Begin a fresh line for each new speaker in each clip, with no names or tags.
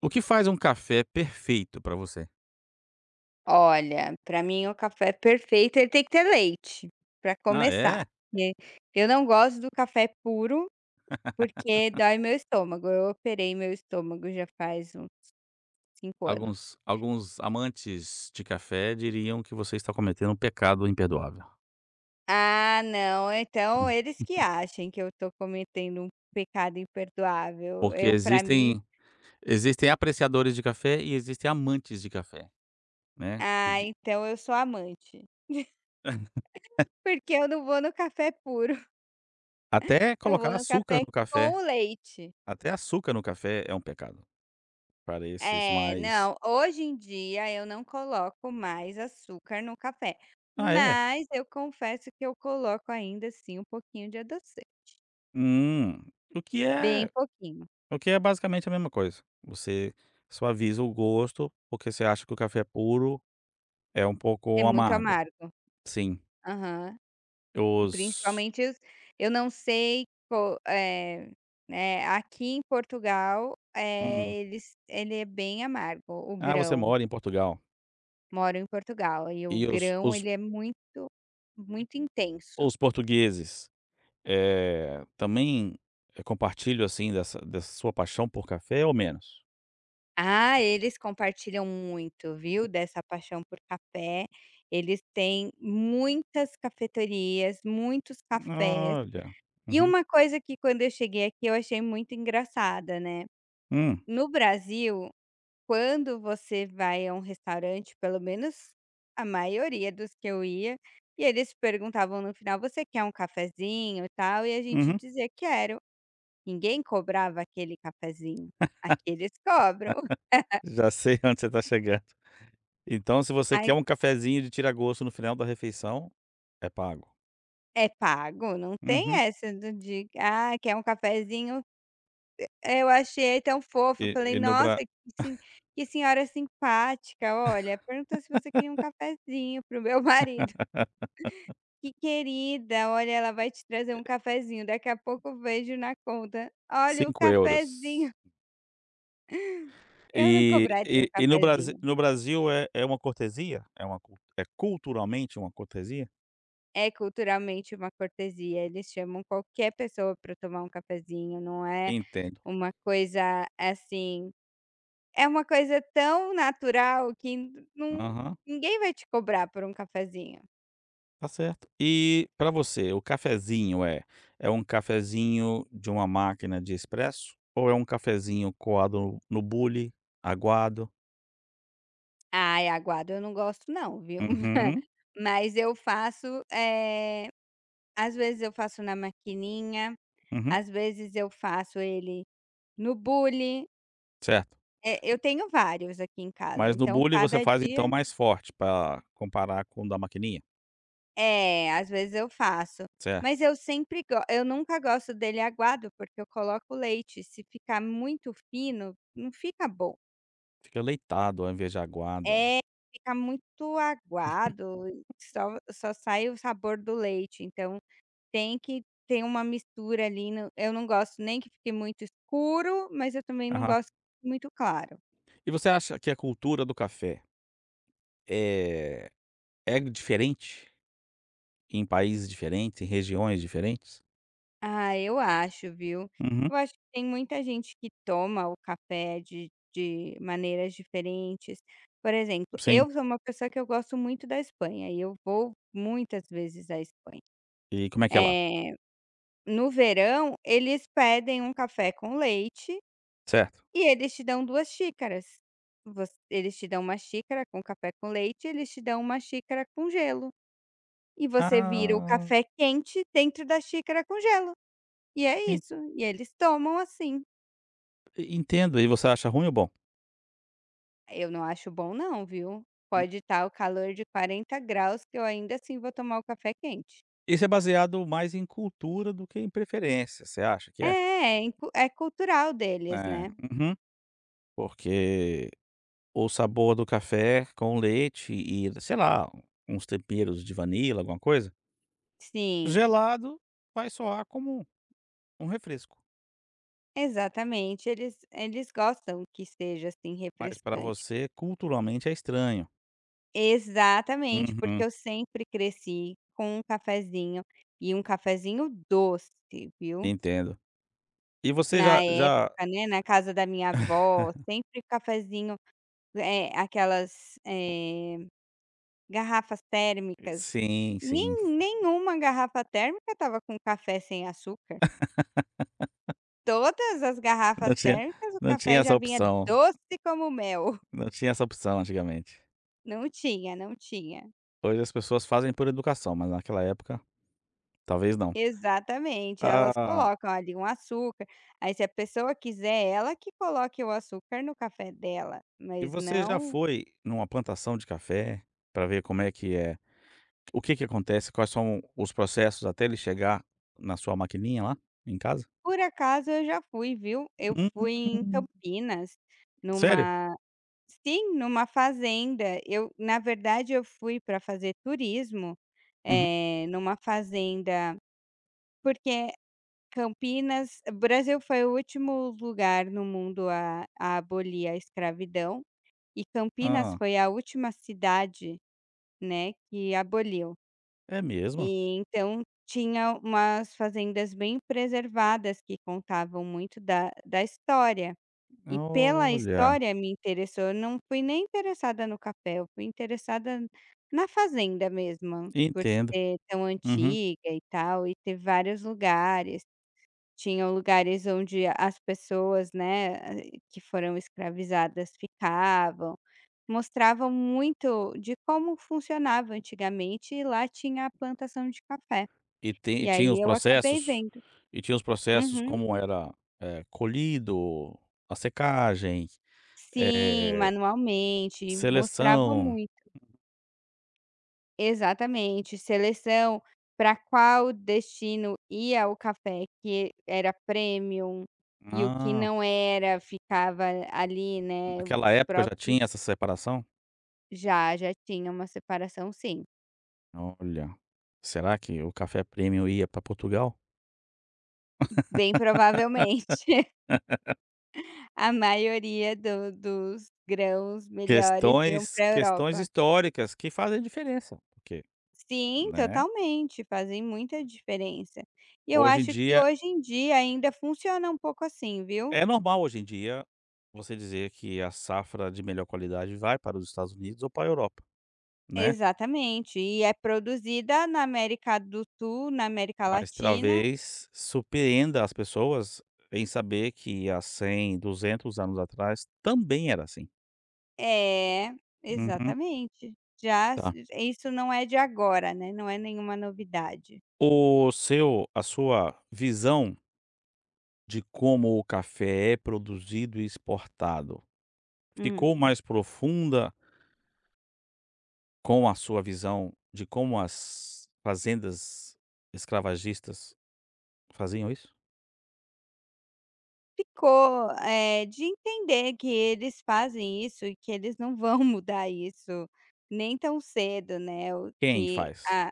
O que faz um café perfeito para você?
Olha, para mim o café perfeito, ele tem que ter leite, para
Ah,
começar,
é?
porque eu não gosto do café puro, porque dói meu estômago, eu operei meu estômago já faz uns 5 anos.
Alguns amantes de café diriam que você está cometendo um pecado imperdoável.
Ah não, então
Hum.
eles que achem que eu tô cometendo um pecado imperdoável,
Porque
eu para mim
existem apreciadores de café e existem amantes de café, né, que
ah,
di
então eu sou amante, porque eu não vou no café puro,
até
eu vou
colocar
no
açúcar
café
no
com
café,
leite.
até açúcar no café é um pecado, para esses
É,
mais
não, hoje em dia eu não coloco mais açúcar no café,
"Ah, é?
mas eu confesso que eu coloco ainda assim um pouquinho de adoçante,
Hum", o que
bem
é
pouquinho,
basicamente a mesma coisa. Você suaviza o gosto, porque você acha que o café é puro é um
é
pouco
muito
amargo,
amargo.
sim.
Aham.
Os
Principalmente os eu não sei co eh, né, aqui em Portugal,
hum,
ele é bem amargo, o
ah, você
grão.
mora em Portugal.
Moro em Portugal e
E
o
os
grão
os
ele é muito, muito intenso.
os portugueses, também, compartilham, assim, dessa sua paixão por café ou menos?
Ah, eles compartilham muito, viu, dessa paixão por café. Eles têm muitas cafeterias, muitos cafés.
Olha.
E
Uhum.
uma coisa que quando eu cheguei aqui eu achei muito engraçada, né.
Hum,
No Brasil, quando você vai a um restaurante, pelo menos a maioria dos que eu ia, e eles perguntavam no final: "Você quer um cafezinho e tal?" E a gente
uhum.
dizia: "Quero". Ninguém cobrava aquele cafezinho. Aqui eles cobram.
Já sei onde você está chegando. Então se você quer
Aí
um cafezinho de tira-gosto no final da refeição, é pago.
É pago, não tem
Uhum.
essa do de: "Ah, quer um cafezinho?". Eu achei tão fofo,
E
eu falei:
e no
"Nossa,
Brasil,
sen que senhora simpática, olha, perguntou se você queria um cafezinho", pro meu marido. "Que querida, olha, ela vai te trazer um cafezinho, daqui a pouco eu vejo na conta". Olha o
5
cafezinho,
euros.
eu não
E
cobraria um
e e no Brasil,
cafezinho.
é uma cortesia? É uma culturalmente uma cortesia?
É culturalmente uma cortesia, eles chamam qualquer pessoa para tomar um cafezinho, não é
Entendo.
uma coisa assim. É uma coisa tão natural que n não
Aham,
ninguém vai te cobrar por um cafezinho.
tá certo. E para você, o cafezinho é um cafezinho de uma máquina de expresso ou é um cafezinho coado no bule, aguado?
Ai, aguado eu não gosto não, viu.
Uhum,
Mas eu faço, eh, Às vezes eu faço na maquininha,
uhum,
às vezes eu faço ele no bule,
certo.
eu tenho vários aqui em casa,
Mas no
então
bule você
cada
faz então
dia
mais forte para comparar com o da maquininha?
é, às vezes eu faço.
Certo.
Mas eu sempre go eu nunca gosto dele aguado, porque eu coloco leite, se ficar muito fino, não fica bom.
Fica leitado ao invés de aguado.
É, fica muito aguado e só sai o sabor do leite, então tem que ter uma mistura ali no eu não gosto nem que fique muito escuro, mas eu também não
Aham.
gosto que fique muito claro.
E você acha que a cultura do café É, é diferente em países diferentes, em regiões diferentes?
Ah, eu acho, viu.
Uhum,
Eu acho que tem muita gente que toma o café de maneiras diferentes. Por exemplo,
sim.
eu sou uma pessoa que eu gosto muito da Espanha e eu vou muitas vezes à Espanha.
E como é que é lá?
É, no verão, eles pedem um café com leite.
Certo.
E eles te dão 2 xícaras. Voc eles te dão uma xícara com café com leite, eles te dão uma xícara com gelo. E você vira o
Ah,
café quente dentro da xícara com gelo. E é
en
isso, e eles tomam assim.
entendo. E você acha ruim ou bom?
Eu não acho bom não, viu.
Hum.
Pode estar o calor de 40 graus que eu ainda assim vou tomar o café quente.
Isso é baseado mais em cultura do que em preferência, você acha que
É,
é?
é incu é cultural deles,
É,
né.
uhum. Porque o sabor do café com leite e, sei lá, uns temperos de vanila, alguma coisa,
Sim,
gelado vai soar como um refresco,
exatamente, eles gostam que seja assim
mas para
refrescante.
você culturalmente é estranho.
Exatamente, porque
Uhum.
eu sempre cresci com um cafezinho, e um cafezinho doce, viu.
Entendo. E você
Na
já já
época, né, na casa da minha avó, sempre cafezinho, aquelas, garrafas térmicas.
sim, sim.
Nem nenhuma garrafa térmica estava com café sem açúcar. Todas as garrafas
Não tinha
térmicas, o
não tinha
café já
essa
vinha
opção,
doce como mel.
não tinha essa opção antigamente.
Não tinha, não tinha.
Hoje as pessoas fazem por educação, mas naquela época, talvez não.
Exatamente, elas
Ah,
colocam ali um açúcar, aí se a pessoa quiser, ela que coloque o açúcar no café dela,
e
mas
você já
não.
foi numa plantação de café para ver como é que é o que que acontece, quais são os processos até ele chegar na sua maquininha lá em casa?
Por acaso eu já fui, viu, eu fui em
Hum,
Campinas,
sério?
numa sim, numa fazenda, eu na verdade eu fui para fazer turismo,
Uhum.
numa fazenda, porque Campinas, o Brasil foi o último lugar no mundo a abolir a escravidão, e Campinas
Hã.
foi a última cidade, né, que aboliu.
É mesmo?
E então tinha umas fazendas bem preservadas que contavam muito da história. E pela
Olha,
história me interessou, eu não fui nem interessada no café, eu fui interessada na fazenda mesmo, por
entendo.
ser tão
Uhum.
antiga e tal, e ter vários lugares. Tinham lugares onde as pessoas, né, que foram escravizadas ficavam. Mostravam muito de como funcionava antigamente, e lá tinha a plantação de café.
E tem
E
e tinha
aí
os
eu acabei
processos
vendo. Uhum.
como era, colhido, a secagem,
Sim,
eh,
manualmente, mostrava
seleção.
muito. Exatamente, seleção para qual destino ia o café que era premium, e o que
Ah,
não era ficava ali, né,
naquela
os
época já
próprios.
tinha essa separação?
Já, já tinha uma separação sim,
Olha, será que o café premium ia para Portugal?
bem provavelmente. A maioria do dos grãos melhores iam
Questões
para a
questões
Europa.
históricas que fazem diferença, porque,
Sim,
né,
totalmente, fazem muita diferença. E eu
hoje em
acho que
dia
hoje em dia ainda funciona um pouco assim, viu.
é normal hoje em dia você dizer que a safra de melhor qualidade vai para os Estados Unidos ou para a Europa, né.
Exatamente, e é produzida na América do Sul, na América
Mas
Latina.
talvez surpreenda as pessoas em saber que há 100, 200 anos atrás também era assim.
É,
Uhum.
exatamente. Já s
Tá.
Isso não é de agora, né, não é nenhuma novidade.
O seu a sua visão de como o café é produzido e exportado,
Hum.
ficou mais profunda com a sua visão de como as fazendas escravagistas faziam isso?
Ficou, de entender que eles fazem isso e que eles não vão mudar isso nem tão cedo, né, o
Quem
que
faz,
a,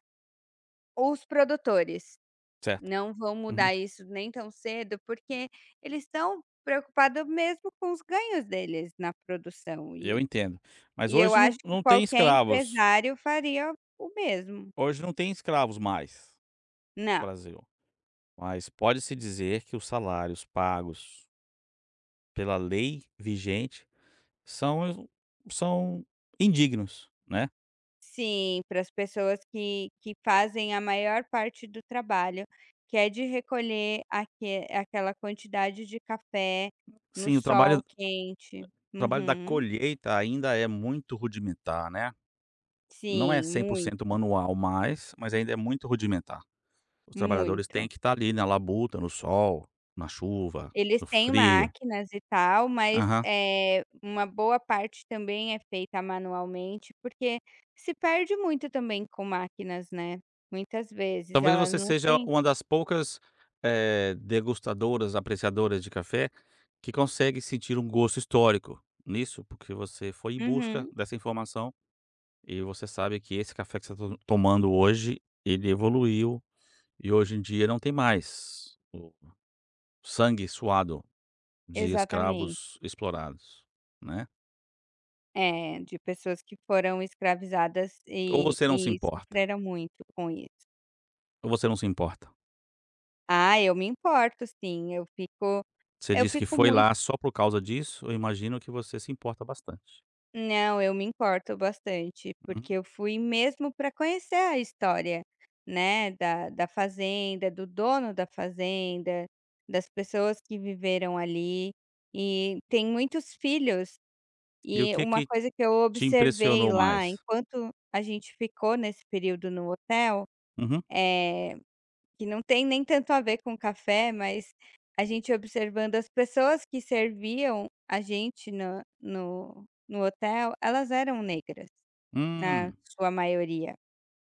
os produtores
certo?
não vão
Uhum.
mudar isso nem tão cedo, porque eles estão preocupados mesmo com os ganhos deles na produção,
Eu entendo. Mas
e eu
hoje
acho
não
que
não tem
qualquer
escravos,
empresário faria o mesmo.
hoje não tem escravos mais. No
Não.
Brasil, mas pode-se dizer que os salários pagos pela lei vigente são são indignos, né.
Sim, para as pessoas que fazem a maior parte do trabalho, que é de recolher aquela quantidade de café no
Sim, o trabalho
sol
o
quente.
trabalho da
Uhum.
colheita ainda é muito rudimentar, né. Não é
Sim,
100%
muito
manual mais, mas ainda é muito rudimentar. Os trabalhadores têm
muito.
que estar ali na labuta, no sol, na chuva,
Eles
no
têm
frio.
máquinas e tal, mas,
Aham.
é uma boa parte também é feita manualmente, porque se perde muito também com máquinas, né, muitas vezes,
Talvez
elas
você
não
seja
têm.
uma das poucas, degustadoras, apreciadoras de café que consegue sentir um gosto histórico nisso, porque você foi em busca
Uhum,
dessa informação e você sabe que esse café que você está tomando hoje, ele evoluiu e hoje em dia não tem mais o sangue suado de
exatamente.
escravos explorados, né?
É, de pessoas que foram escravizadas
Ou você não se
e
importa,
sofreram muito com isso.
ou você não se importa.
Ah, eu me importo sim, eu fico,
Você
eu
disse que
fico
foi
muito
lá só por causa disso, eu imagino que você se importa bastante.
não, eu me importo bastante,
Uhum.
porque eu fui mesmo para conhecer a história, né, da fazenda, do dono da fazenda, das pessoas que viveram ali, e tem muitos filhos,
E o
e
que
uma
que
coisa que eu
te
observei
impressionou
lá,
mais?
enquanto a gente ficou nesse período no hotel,
Uhum.
é que não tem nem tanto a ver com café, mas a gente observando as pessoas que serviam a gente no hotel, elas eram negras, na
Hum.
sua maioria,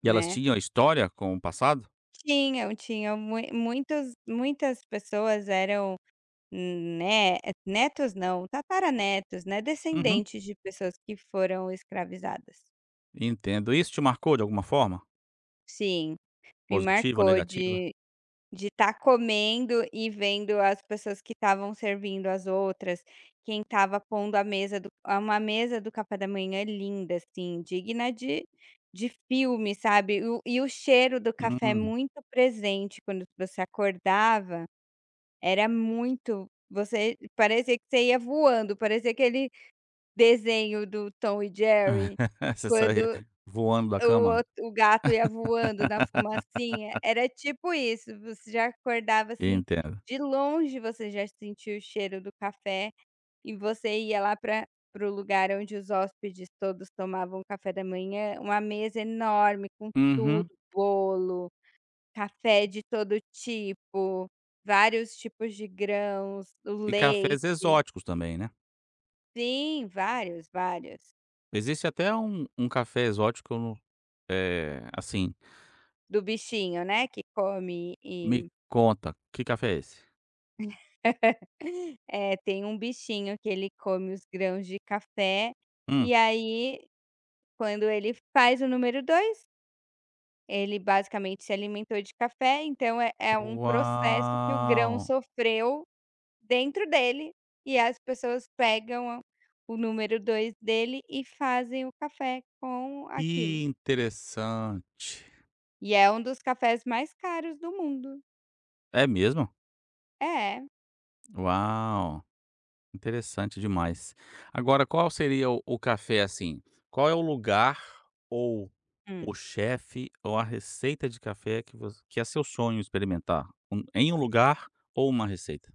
E elas
né.
tinham história com o passado?
Tinham, tinham muitas pessoas eram, né, netos não, tataranetos, né,
Uhum.
descendentes de pessoas que foram escravizadas.
Entendo. Isso te marcou de alguma forma?
Sim, me
Positiva ou
marcou
negativa?
de estar comendo e vendo as pessoas que estavam servindo as outras, quem estava pondo a mesa do a uma mesa do café da manhã linda, assim, digna de filme, sabe. E o cheiro do café é
Hum.
muito presente quando você acordava, era muito, você parecia que você ia voando, parecia aquele desenho do Tom e Jerry,
Você saía
quando
voando da
o
cama?
o gato ia voando na fumacinha, era tipo isso, você já acordava, assim,
Entendo.
de longe você já sentia o cheiro do café, e você ia lá pra para o lugar onde os hóspedes todos tomavam café da manhã, uma mesa enorme com
Uhum.
tudo, bolo, café de todo tipo, vários tipos de grãos, o
E cafés
leite,
exóticos também, né.
sim, vários, vários.
Existe até um café exótico que eu não assim,
Do bichinho, né, que come.
me
E
conta, que café é esse?
É, tem um bichinho que ele come os grãos de café,
Hum.
e aí quando ele faz o número dois, ele basicamente se alimentou de café, então é um processo que o
Uau!
grão sofreu dentro dele, e as pessoas pegam o número 2 dele e fazem o café com aquilo.
Que interessante.
E é um dos cafés mais caros do mundo.
É mesmo?
É.
Uau! Interessante demais. Agora, qual seria o café, assim, qual é o lugar ou o chefe ou a receita de café que é seu sonho experimentar? Em um lugar ou uma receita?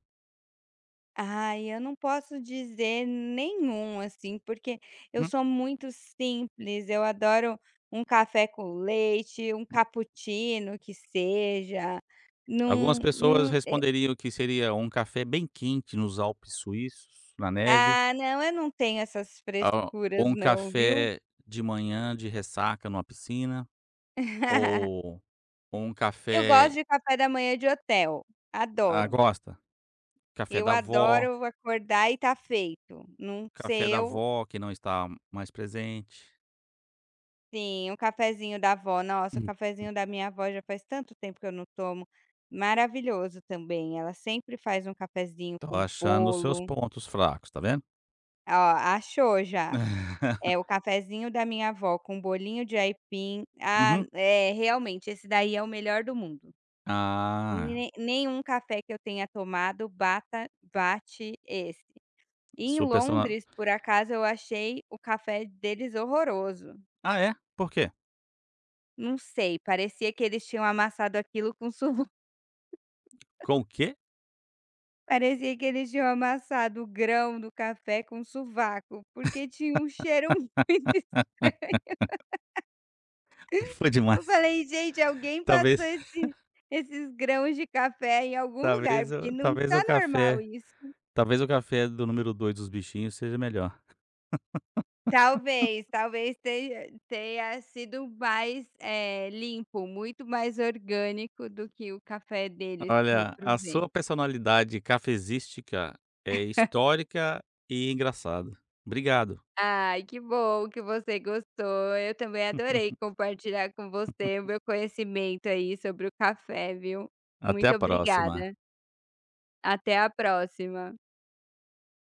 Ai, eu não posso dizer nenhum, assim, porque eu
Hum,
sou muito simples. Eu adoro um café com leite, um
hum.
cappuccino que seja. Não,
Algumas pessoas
não,
responderiam que seria um café bem quente nos Alpes suíços, na neve,
ah, não, eu não tenho essas
ah, ou
frescuras
um
não, viu.
café de manhã de ressaca numa piscina, ou um
Eu
café
gosto de café da manhã de hotel,
ah,
adoro.
gosta? Café
Eu
da vó.
adoro acordar e tá feito. Não
Café
sei
da
eu.
vó que não está mais presente.
Sim, um cafezinho da avó. Nossa, o
Hum,
cafezinho da minha avó já faz tanto tempo que eu não tomo. Maravilhoso também. Ela sempre faz um cafezinho
tô
com
achando os seus
bolo.
pontos fracos, tá vendo?
Ó, achou já. É o cafezinho da minha avó com bolinho de aipim. Ah,
Uhum.
é, realmente, esse daí é o melhor do mundo.
Ah,
Nenhum café que eu tenha tomado bata, bate esse. E em
sua persona
Londres, por acaso, eu achei o café deles horroroso.
ah, é? Por quê?
Não sei, parecia que eles tinham amassado aquilo com.
Com o quê?
Parecia que eles tinham amassado o grão do café com sovaco, porque tinha um cheiro muito,
Aí foi
eu
demais.
falei: "Gente, alguém passou
Talvez
esses grãos de café em algum lugar,
talvez
porque
o
não
talvez
tá
o
normal
café
isso".
talvez o café do número dois dos bichinhos seja melhor.
Talvez tenha sido mais, limpo, muito mais orgânico do que o café deles que eu
Olha, a
provei.
sua personalidade cafezística é histórica e engraçada. Obrigado,
Ai, que bom que você gostou. Eu também adorei compartilhar com você o meu conhecimento aí sobre o café, viu.
até
Muito
a próxima.
obrigada. Até a próxima.